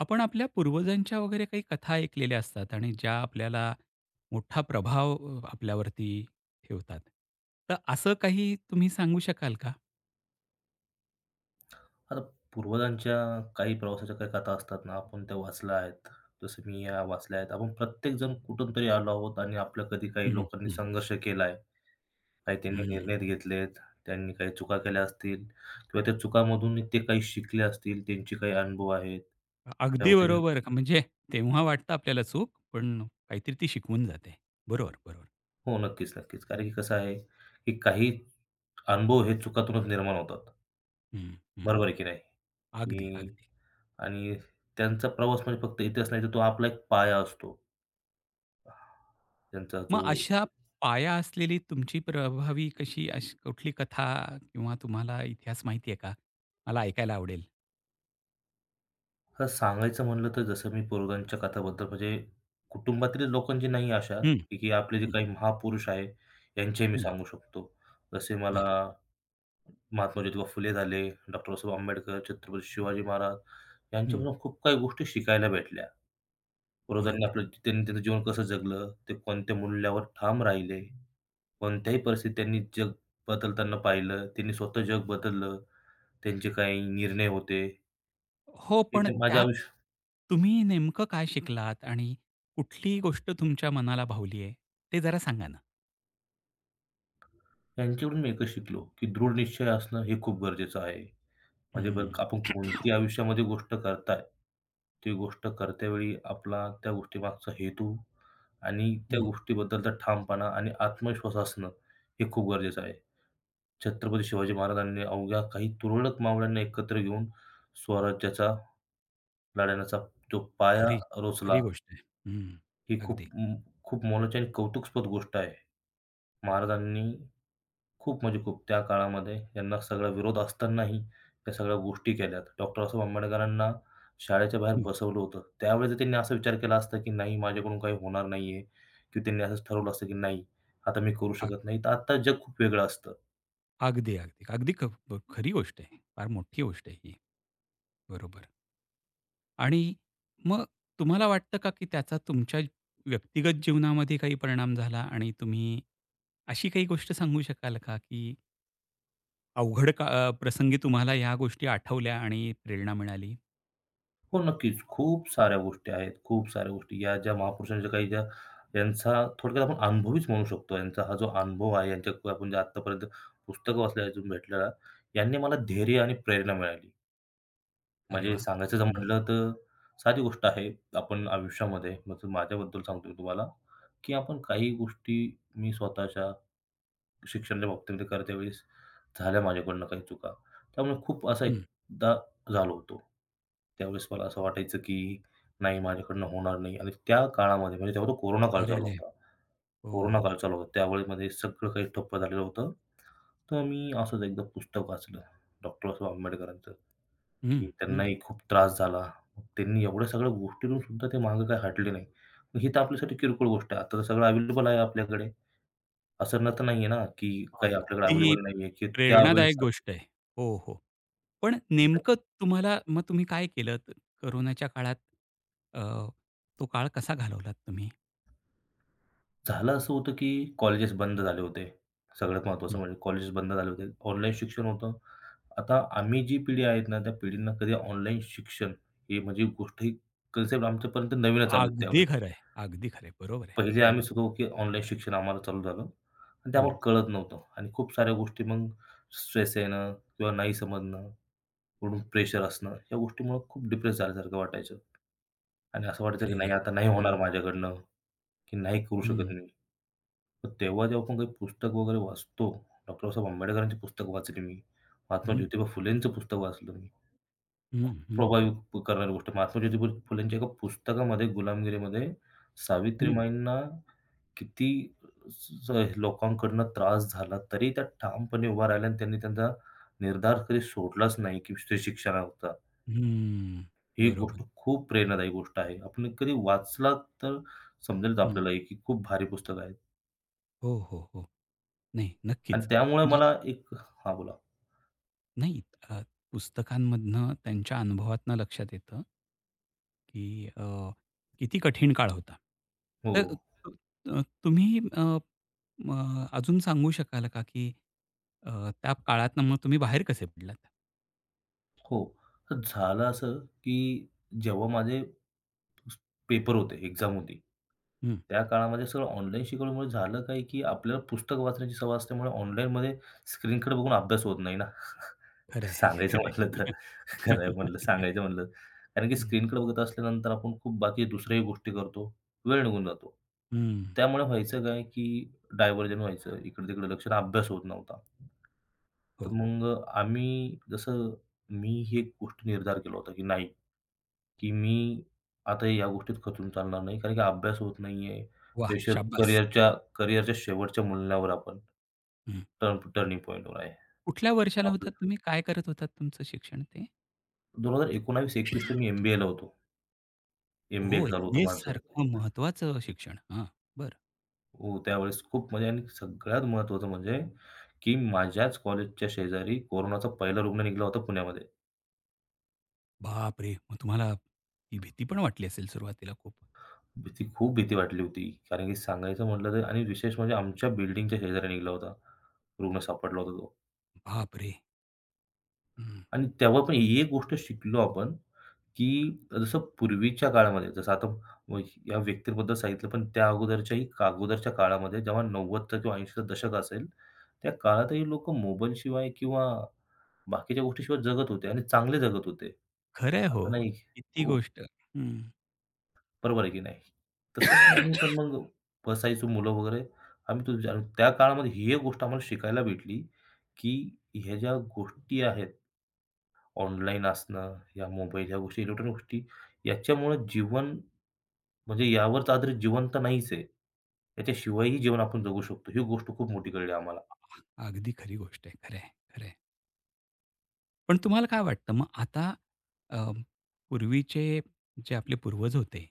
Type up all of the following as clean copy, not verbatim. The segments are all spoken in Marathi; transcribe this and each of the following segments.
आपण आपल्या पूर्वजांच्या वगैरे काही कथा ऐकलेल्या असतात आणि ज्या आपल्याला मोठा प्रभाव आपल्यावरती ठेवतात. तर असं काही तुम्ही सांगू शकाल का? आता पूर्वजांच्या काही प्रवासाच्या काही कथा असतात ना, आपण त्या वाचल्या आहेत. जसं मी या वाचल्या आहेत. आपण प्रत्येकजण कुठून तरी आलो आहोत आणि आपल्या कधी काही हं, लोकांनी हं, संघर्ष केला आहे. काही त्यांनी हं. निर्णय घेतलेत, त्यांनी काही चुका केल्या असतील किंवा त्या चुकांमधून ते काही शिकले असतील, त्यांचे काही अनुभव आहेत. तेव्हा अगदी त्यांनी बरोबर. म्हणजे तेव्हा वाटतं आपल्याला चूक, पण काहीतरी ती शिकवून जाते. बरोबर, बरोबर. हो, नक्कीच, नक्कीच. कारण की कसं आहे, की काही अनुभव हे चुकातूनच निर्माण होतात. हं, हं. बरोबर आहे की नाही? अगदी, की अगदी. आणि त्यांचा प्रवास म्हणजे फक्त इतिहास नाही, तर तो आपला एक पाया असतो. त्यांचा मग जो अशा पाया असलेली तुमची प्रभावी कशी अशी कुठली कथा किंवा तुम्हाला इतिहास माहिती आहे का? मला ऐकायला आवडेल. हं, सांगायचं म्हणलं तर जसं मी पोर्गांच्या कथाबद्दल म्हणजे कुटुंबातील लोकांची नाही आशा, हं, की आपले जे हं, काही महापुरुष आहे, यांचे मी हं. सांगू शकतो. जसे मला बरं. महात्मा ज्योतिबा फुले झाले, डॉ. बाबासाहेब आंबेडकर, छत्रपती शिवाजी महाराज हं, यांच्यापासून खूप काही गोष्टी शिकायला भेटल्या. पूर्वजांनी बरोबर. आपलं त्यांनी त्यांचं जीवन कसं जगलं, ते कोणत्या मूल्यावर ठाम राहिले, कोणत्याही परिस्थितीत त्यांनी जग बदलताना पाहिलं, त्यांनी स्वतः जग बदललं, त्यांचे काही निर्णय होते. हो, हे पण तर माझ्या त्यात आयुष्यात तुम्ही नेमकं काय शिकलात आणि कुठली गोष्ट तुमच्या मनाला भावली आहे? ते जरा सांगा ना? त्यांच्याकडून मी एकच शिकलो, की दृढ निश्चय असणं हे खूप गरजेचं आहे. म्हणजे बरं हं. का आपण कोणती आयुष्यामध्ये गोष्ट करताय, ती गोष्ट करतेवेळी आपला त्या गोष्टीमागचा हेतू आणि त्या हं. गोष्टीबद्दलचा ठामपणा आणि आत्मविश्वास असणं हे खूप गरजेचं आहे. छत्रपती शिवाजी महाराजांनी अवघ्या काही तुरळक मावळ्यांना एकत्र घेऊन स्वराज्याचा लढण्याचा जो पाया खरी, खरी रोचला, गोष्ट आहे. हं. ही खूप अगदी. खूप मोलाची आणि कौतुकस्पद गोष्ट आहे. महाराजांनी खूप म्हणजे खूप. त्या काळामध्ये यांना सगळा विरोध असतानाही त्या सगळ्या गोष्टी केल्यात. डॉ. बाबासाहेब आंबेडकरांना शाळेच्या बाहेर हं. बसवलं होतं. त्यावेळेस जर त्यांनी असा विचार केला असता, की नाही माझ्याकडून काही होणार नाहीये किंवा त्यांनी असंच ठरवलं असतं, की नाही आता मी करू अ शकत नाही. तर आता जग खूप वेगळं असतं. अगदी, अगदी. खरी गोष्ट आहे. फार मोठी गोष्ट आहे ही. बरोबर. आणि मग तुम्हाला वाटतं का, की त्याचा तुमच्या व्यक्तिगत जीवनामध्ये काही परिणाम झाला आणि तुम्ही अशी काही गोष्ट सांगू शकाल का, की प्रसंगी तुम्हाला ह्या गोष्टी आठवल्या आणि प्रेरणा मिळाली? हो, नक्कीच. खूप साऱ्या गोष्टी आहेत. खूप साऱ्या गोष्टी. या ज्या महापुरुषांच्या काही ज्या यांचा थोडक्यात आपण अनुभवीच म्हणू शकतो. यांचा हा जो अनुभव आहे, यांच्या आपण जे आत्तापर्यंत पुस्तकं वाचल्या, अजून भेटलेला, यांनी मला धैर्य आणि प्रेरणा मिळाली. अरे म्हणजे वा, सांगायचं जर हं, म्हटलं तर साधी गोष्ट आहे. आपण आयुष्यामध्ये म्हणजे माझ्याबद्दल सांगतो मी तुम्हाला, की आपण काही गोष्टी मी स्वतःच्या शिक्षणाच्या बाबतीमध्ये करते वेळेस झाल्या माझ्याकडनं काही चुका. त्यामुळे खूप असा हं. एकदा झालो होतो. त्यावेळेस मला असं वाटायचं की नाही माझ्याकडनं होणार नाही आणि त्या काळामध्ये म्हणजे तेव्हा तो कोरोना काळ अरे चालू रे! होता. हो. कोरोना काळ चालू होता. त्यावेळेमध्ये सगळं काही ठप्प झालेलं होतं. तर मी असंच एकदा पुस्तक वाचलं. डॉ. बाबासाहेब आंबेडकरांचं. हं, की हं. त्यांनाही खूप त्रास झाला. मग त्यांनी एवढ्या सगळ्या गोष्टींहून सुद्धा ते मागे काही हटले नाही. मग ही तर आपल्यासाठी किरकोळ गोष्ट आहे. आता तर सगळं अवेलेबल आहे आपल्याकडे. असं ना तर नाहीये ना, की काही आपल्याकडे अगदी अवेलेबल नाहीये, की प्रेरणादायक त्यावेळेस गोष्ट आहे. हो, हो. पण एकदम नेमकं तुम्हाला मग तुम्ही काय केलं? कोरोनाच्या काळात, अ, तो काळ कसा घालवलात तुम्ही? झालं असं होतं की कॉलेजेस बंद झाले होते. सगळ्यात महत्त्वाचं हं. म्हणजे कॉलेजेस बंद झाले होते. ऑनलाईन शिक्षण होतं. आता आम्ही जी पिढी आहेत ना, त्या पिढींना कधी ऑनलाईन शिक्षण हे म्हणजे गोष्ट ही कन्सेप्ट आमच्यापर्यंत नवीनच आली होती अगदी त्यावेळेस. खरं आहे. अगदी खरं आहे. बरोबर आहे. पहिले हं, आम्ही शिकलो, की ऑनलाईन शिक्षण आम्हाला चालू झालं आणि ते हं. आम्हाला कळत नव्हतं आणि खूप साऱ्या गोष्टी मग स्ट्रेस येणं किंवा नाही समजणं, कुठून प्रेशर असणं या गोष्टीमुळं खूप डिप्रेस झाल्यासारखं वाटायचं आणि असं वाटायचं, की अरे नाही रे! आता नाही होणार हं, माझ्याकडनं, की नाही करू शकत हं, मी. तर तेव्हा जेव्हा आपण काही पुस्तक वगैरे वाचतो, डॉक्टर आंबेडकरांची पुस्तक वाचली मी, महात्मा हं, ज्योतिबा फुलेंचं पुस्तक वाचलं मी. हं, हं, प्रभावित करणारी गोष्ट महात्मा ज्योतिबा फुलेंच्या एका पुस्तकामध्ये गुलामगिरीमध्ये हं, सावित्रीमाईंना किती स लोकांकडून त्रास झाला, तरी त्या ठामपणे उभा राहिल्या आणि त्यांनी त्यांचा निर्धार कधी सोडलाच नाही, की ते शिक्षणाचा. हं. ही बरोबर. गोष्ट खूप प्रेरणादायी गोष्ट आहे. आपण कधी वाचलात तर समजेलच हं. आपल्याला हे, की खूप भारी पुस्तक आहे हो, हो, हो. नाही, आणि नक्कीच. त्यामुळे म्हणजे मला एक हां, बोला. नाही अ, पुस्तकांमधनं त्यांच्या अनुभवातनं लक्षात येतं, की किती कठीण काळ होता. हो, तर अ, अ, तुम्ही अ, म अजून सांगू शकाल का, की त्या काळातनं मग तुम्ही बाहेर कसे पडलात? हो. तर झालं असं, की जेव्हा माझे पेपर होते, एक्झाम होती. हं. त्या काळामध्ये सगळं ऑनलाईन शिकवल्यामुळे झालं काय, की आपल्याला पुस्तक वाचण्याची सवय असल्यामुळे ऑनलाईनमध्ये स्क्रीनकडे बघून अभ्यास होत नाही ना. खरं आहे, सांगायचं खरं म्हटलं तर, आहे. खरं आहे म्हणलं सांगायचं म्हणलं. कारण की हं. स्क्रीनकडे बघत असल्यानंतर आपण खूप बाकी दुसऱ्याही गोष्टी करतो. वेळ निघून जातो. हं. त्यामुळे व्हायचं काय, की डायव्हर्जन व्हायचं. इकडे-तिकडे लक्ष अभ्यास होत नव्हता. तर हो. मग आम्ही जसं मी ही एक गोष्ट निर्धार केला होता की नाही, की मी आता या गोष्टीत खचून चालणार नाही. कारण की अभ्यास होत नाहीये. वाह! प्रेशर शाब्बास. करिअरच्या करिअरच्या शेवटच्या मूल्यावर आपण हं. टर्निंग पॉइंटवर आहे. कुठल्या वर्षाला आपलं होतात तुम्ही? काय करत होतात तुमचं शिक्षण ते? 2019-21ला मी एम-बी-एला होतो. ओह! एम-बी-ए चालू होतं एम-बी-ए माझं. सारखं महत्त्वाचं शिक्षण. हां, बरं. हो, त्यावेळेस खूप म्हणजे आणि सगळ्यात महत्त्वाचं म्हणजे की माझ्याच कॉलेजच्या शेजारी कोरोनाचा पहिला रुग्ण निघाला होता पुण्यामध्ये. बापरे! मग तुम्हाला ती भीती पण वाटली असेल सुरुवातीला खूप. भीती खूप भीती वाटली होती. कारण की सांगायचं म्हटलं तर आणि विशेष म्हणजे आमच्या बिल्डिंगच्या शेजारी निघाला होता. रुग्ण सापडला होता तो. बापरे! हं. आणि तेव्हा पण ही एक गोष्ट शिकलो आपण, की जसं पूर्वीच्या काळामध्ये जसं आता म या व्यक्तीबद्दल सांगितलं, पण त्या अगोदरच्याही अगोदरच्या काळामध्ये जेव्हा 90चं किंवा 80चं दशक असेल, त्या काळातही लोकं मोबाईलशिवाय किंवा बाकीच्या गोष्टीशिवाय जगत होते आणि चांगले जगत होते. खरं आहे हो. असं नाही किती हो. गोष्ट हं. बरोबर आहे की नाही? तसंच मग आम्ही पण मग बसायचो मुलं वगैरे. आम्ही तो ज्या त्या काळामध्ये ही एक गोष्ट आम्हाला शिकायला भेटली, की ह्या ज्या गोष्टी आहेत, ऑनलाईन असणं, या मोबाईल, ह्या गोष्टी, इलेक्ट्रॉनिक गोष्टी, याच्यामुळे जीवन म्हणजे यावरच आधारित जीवन तर नाहीच आहे. याच्याशिवायही जीवन आपण जगू शकतो. ही गोष्ट खूप मोठी कळली आम्हाला. अगदी खरी गोष्ट आहे. खरं आहे, खरं आहे. पण तुम्हाला काय वाटतं मग आता, अ, पूर्वीचे जे आपले पूर्वज होते,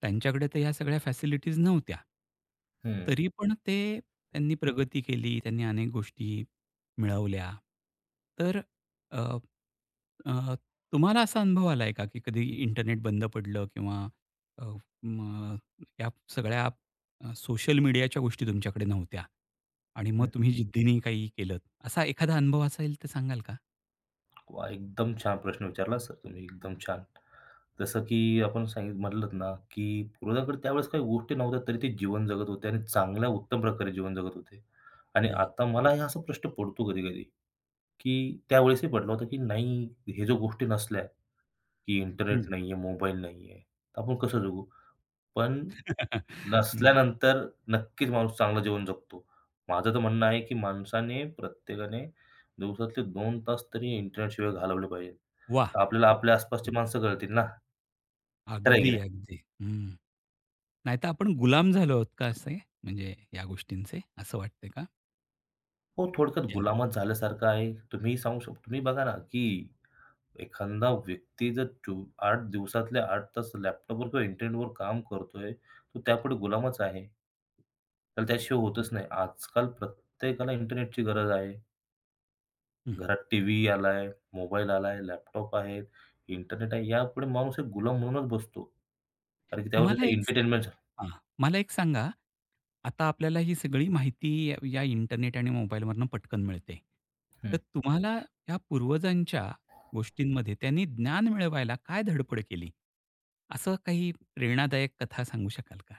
त्यांच्याकडे तर ह्या सगळ्या फॅसिलिटीज नव्हत्या. हं. तरी पण ते त्यांनी प्रगती केली, त्यांनी अनेक गोष्टी मिळवल्या. तर अ, अ, तुम्हाला असा अनुभव आलाय का, की कधी इंटरनेट बंद पडलं किंवा, अ, मग या सगळ्या सोशल मीडियाच्या गोष्टी तुमच्याकडे नव्हत्या आणि मग हं, हं. तुम्ही जिद्दीने काही केलंत, असा एखादा अनुभव असेल तर सांगाल का? एकदम छान प्रश्न विचारला सर तुम्ही, एकदम छान. जसं की आपण सांगित म्हटलंत ना, की पूर्वजांकडे त्यावेळेस काही गोष्टी नव्हत्या, तरी ते जीवन जगत होते आणि चांगल्या उत्तम प्रकारे जीवन जगत होते. आणि हं, आता हं, मला हे असा प्रश्न पडतो कधी-कधी, की त्यावेळेसही पडला होता, की नाही हे जो गोष्टी नसल्या, की हं. इंटरनेट नाहीये, मोबाईल नाहीये, तर आपण कसं जगू? पण हं, नसल्यानंतर नक्कीच माणूस चांगलं जीवन जगतो. माझं तर म्हणणं आहे, की माणसाने प्रत्येकाने दिवसातले 2 तास तरी इंटरनेटशिवाय घालवले पाहिजेत. वाह! तर आपल्याला आपल्या आसपासची हं, माणसं कळतील ना, खरं आहे की अगदी, नाही? अगदी. हं. नाहीतर आपण गुलाम झालो आहोत का असे? म्हणजे या गोष्टींचे असं वाटतंय का? हो, थोडक्यात या गुलामच झाल्यासारखं आहे. तुम्हीही सांगू शकता तुम्ही बघा ना, की एखादा व्यक्ती जर आठ दिवसातले 8 तास लॅपटॉपवर किंवा इंटरनेटवर काम करतोय, तो त्यापुढे गुलामच आहे. तर त्याशिवाय हं, होतच नाही. आजकाल प्रत्येकाला इंटरनेटची गरज आहे. हं. घरात टीव्ही आलाय, मोबाईल आलाय, लॅपटॉप आहेत, इंटरनेट आहे. यापुढे माणूस एक गुलाम म्हणूनच बसतो. कारण की त्यावर मला त्याचं एक एंटरटेनमेंट हां, मला एक सांगा, आता आपल्याला ही सगळी माहिती या या इंटरनेट आणि मोबाईलवरनं पटकन मिळते. तर तुम्हाला या पूर्वजांच्या गोष्टींमध्ये त्यांनी ज्ञान मिळवायला काय धडपड केली? असं काही प्रेरणादायक कथा सांगू शकाल का?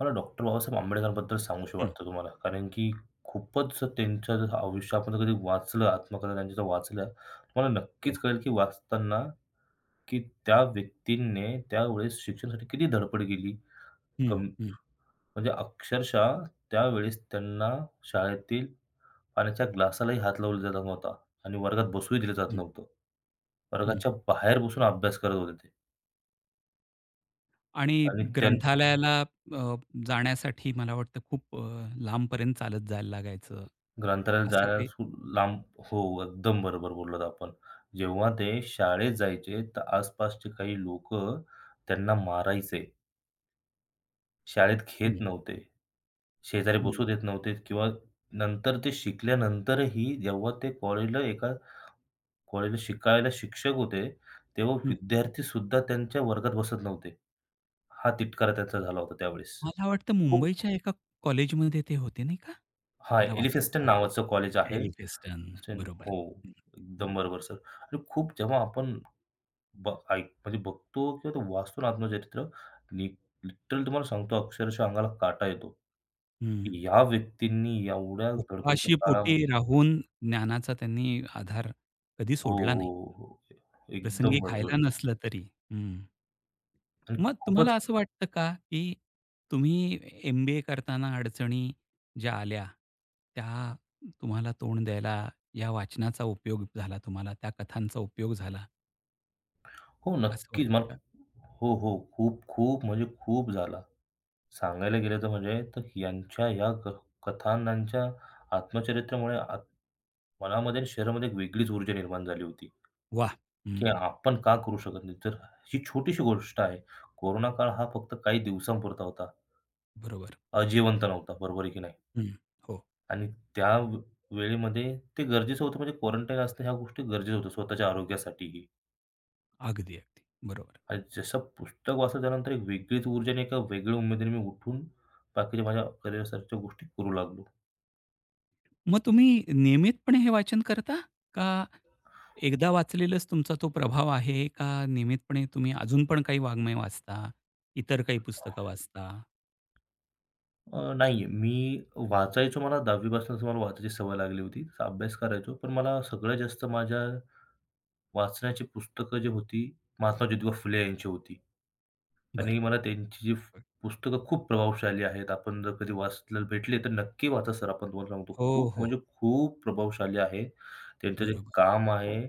मला डॉक्टर बाबासाहेब आंबेडकरांबद्दल सांगूशी हं. वाटतं तुम्हाला. कारण की खूपच त्यांच्या जर आयुष्य आपण जर कधी वाचलं, आत्मकथा त्यांच्या जर वाचल्या, तुम्हाला हो. नक्कीच कळेल की वाचताना की त्या व्यक्तीने त्यावेळेस शिक्षणासाठी किती धडपड केली. हं, कम हं, म्हणजे अक्षरशः त्यावेळेस त्यांना शाळेतील पाण्याच्या ग्लासालाही हात लावला जात नव्हता आणि वर्गात बसूही दिलं जात हं, नव्हतं. हं. वर्गाच्या बाहेर बसून अभ्यास करत होते ते आणि आणि ग्रंथालयाला, जाण्यासाठी मला वाटतं खूप, लांबपर्यंत चालत जायला लागायचं. ग्रंथालयात असं जायला काही लांब हो, एकदम बरोबर बोललात आपण. जेव्हा ते शाळेत जायचे, तर आसपासचे काही लोकं त्यांना मारायचे. शाळेत हं, घेत नव्हते. शेजारी हं, बसू देत नव्हते किंवा नंतर ते शिकल्यानंतरही जेव्हा ते कॉलेजला एका कॉलेजला शिकायला शिक्षक होते, तेव्हा हं. विद्यार्थीसुद्धा त्यांच्या वर्गात बसत नव्हते. हा तिटकारा त्यांचा झाला होता त्यावेळेस. मला वाटतं खूप मुंबईच्या एका कॉलेजमध्ये ते होते नाही का? हां, मला वाचल्याचं एलिफिन्स्टन नावाचं कॉलेज आठवतंय. आहे. एली फेस्टन. बरोबर. हो, हं, हं, एकदम बरोबर सर आणि खूप जेव्हा आपण ब ऐक म्हणजे बघतो किंवा ते वाचतो ना आत्मचरित्र, लि लिटरली तुम्हाला सांगतो अक्षरशः अंगाला काटा येतो, हं. की ह्या व्यक्तींनी एवढ्या गडबडीच्या उपाशी पोटी काळामध्ये राहून ज्ञानाचा त्यांनी आधार कधी हो, सोडला नाही. हो, हो. प्रसंगी एकदम खायला बरोबर नसलं तरी. हं. आणि मग खूपच तुम्हाला असं वाटतं का, की तुम्ही एम-बी-ए करताना अडचणी ज्या आल्या, त्या तुम्हाला तोंड द्यायला या वाचनाचा उपयोग झाला तुम्हाला, त्या कथांचा उपयोग झाला, हो, असं नक्कीच वाटतं मला का? हो, हो. खूप, खूप म्हणजे खूप झाला. सांगायला गेलं तर म्हणजे तर यांच्या ह्या कथानकांच्या आत्मचरित्रामुळे मनामध्ये आणि शरीरामध्ये एक वेगळीच ऊर्जा निर्माण झाली होती. वाह! की हं, आपण का करू शकत नाही? तर ही छोटीशी गोष्ट आहे. कोरोना काळ हा फक्त काही दिवसांपुरता होता. बरोबर. अ, जिवंत नव्हता. बरोबर आहे की नाही? हं, हो. आणि त्या व वेळेमध्ये ते गरजेचं होतं म्हणजे क्वारंटाईन असणं ह्या गोष्टी गरजेचं होतं स्वतःच्या आरोग्यासाठीही. अगदी, अगदी. बरोबर. आणि जसं पुस्तक वाचलं त्यानंतर एक वेगळीच ऊर्जा आणि एका वेगळ्या उमेदीने मी उठून बाकीच्या माझ्या करिअरसारख्या गोष्टी करू लागलो. मग तुम्ही नियमितपणे हे वाचन करता? का एकदा वाचलेलाच तुमचा तो प्रभाव आहे? का नियमितपणे तुम्ही अजून पण काही वाङ्मय वाचता? इतर काही पुस्तकं वाचता? नाही मी वाचायचो मला 10वी मला वाचायची सवय लागली होती. अभ्यास करायचो. पण मला सगळ्यात जास्त माझ्या वाचण्याची पुस्तकं जी होती, महात्मा ज्योतिबा फुले यांची होती बरं, आणि मला त्यांची जी बरं. पुस्तकं खूप प्रभावशाली आहेत. आपण जर कधी वाचलं भेटले तर नक्की वाचा सर. आपण तुम्हाला सांगतो. हो, खूप हो. म्हणजे खूप प्रभावशाली आहे. त्यांचं जे बरोबर. काम आहे,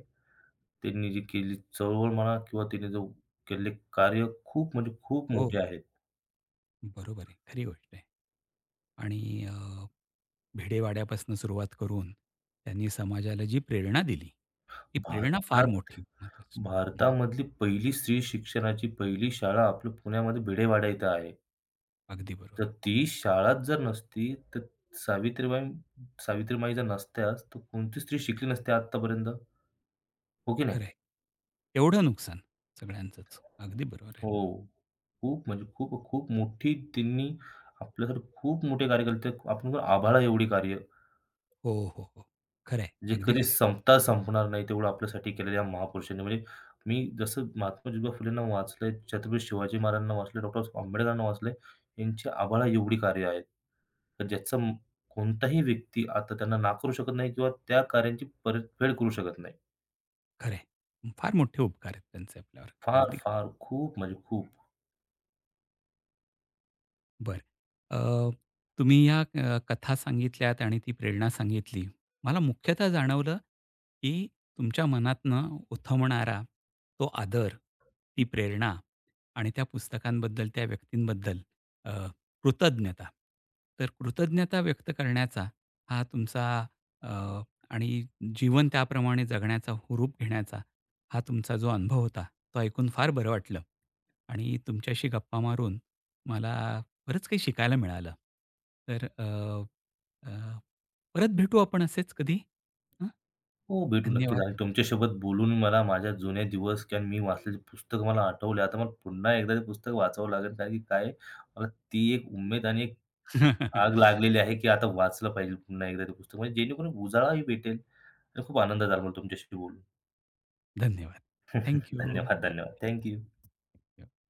त्यांनी जी केली चळवळ म्हणा किंवा त्यांनी जो केलेले कार्य खूप म्हणजे खूप हो. हो. मोठे आहेत. बरोबर आहे. खरी गोष्ट आहे. आणि, भेडेवाड्यापासून सुरुवात करून त्यांनी समाजाला जी प्रेरणा दिली, ती प्रेरणा फार भारतात मोठी महत्त्वाची. हं, भारतामधली पहिली स्त्री शिक्षणाची पहिली शाळा आपल्या पुण्यामध्ये भिडेवाडा इथं आहे. अगदी तर बरोबर. ती शाळाच जर नसती, तर सावित्रीबाई सावित्रीमाई जर नसत्याच, तर कोणती स्त्री शिकली नसती आत्तापर्यंत. हो की नाही? खरं आहे. तेवढं नुकसान सगळ्यांचंच. अगदी बरोबर आहे. हो. खूप म्हणजे खूप खूप मोठी त्यांनी आपल्यासाठी खूप मोठे कार्य केले. ते आपण पण आभाळा एवढी कार्य हो, हो, हो. खरं आहे. जे अगदी कधी खरं आहे. संपता संपणार नाही तेवढं आपल्यासाठी केलेलं या महापुरुषांनी. म्हणजे मी जसं महात्मा ज्योतिबा फुलेंना वाचलंय, छत्रपती शिवाजी महाराजांना वाचले डॉ. आंबेडकरांना वाचलंय, यांची आभाळा एवढी कार्य आहेत. तर ज्याचं कोणताही व्यक्ती आता त्यांना नाकारू शकत नाही किंवा त्या कार्यांची परतफेड करू शकत नाही. खरं आहे. फार मोठे उपकार आहेत त्यांचे आपल्यावर. फार, अगदी खरं आहे. फार खूप म्हणजे खूप. बरं. अ, तुम्ही या कथा सांगितल्यात आणि ती प्रेरणा सांगितली. मला मुख्यतः जाणवलं, की तुमच्या मनातनं उथमणारा तो आदर, ती प्रेरणा आणि त्या पुस्तकांबद्दल, त्या व्यक्तींबद्दल, अ, कृतज्ञता. तर कृतज्ञता व्यक्त करण्याचा हा तुमचा, अ, आणि जीवन त्याप्रमाणे जगण्याचा हुरूप घेण्याचा हा तुमचा जो अनुभव होता, तो ऐकून फार बरं वाटलं आणि तुमच्याशी गप्पा मारून मला बरंच काही शिकायला मिळालं. तर अ, अ, परत भेटू आपण असेच कधी. हं, हो, भेटू नक्कीच धन्यवाद. आणि तुमच्यासोबत बोलून मला माझ्या जुने दिवस किंवा मी वाचलेली पुस्तकं मला आठवले. आता मला पुन्हा एकदा ते पुस्तक वाचावं लागेल कारण की काय आहे, मला ती एक उमेद आणि एक आग लागलेली आहे, की आता वाचलं पाहिजे पुन्हा एकदा ते पुस्तक म्हणजे जेणेकरून उजाळाही भेटेल आणि खूप आनंद झाला मला तुमच्याशी बोलून. धन्यवाद. धन्यवाद, थँक धन्यवाद. Thank you.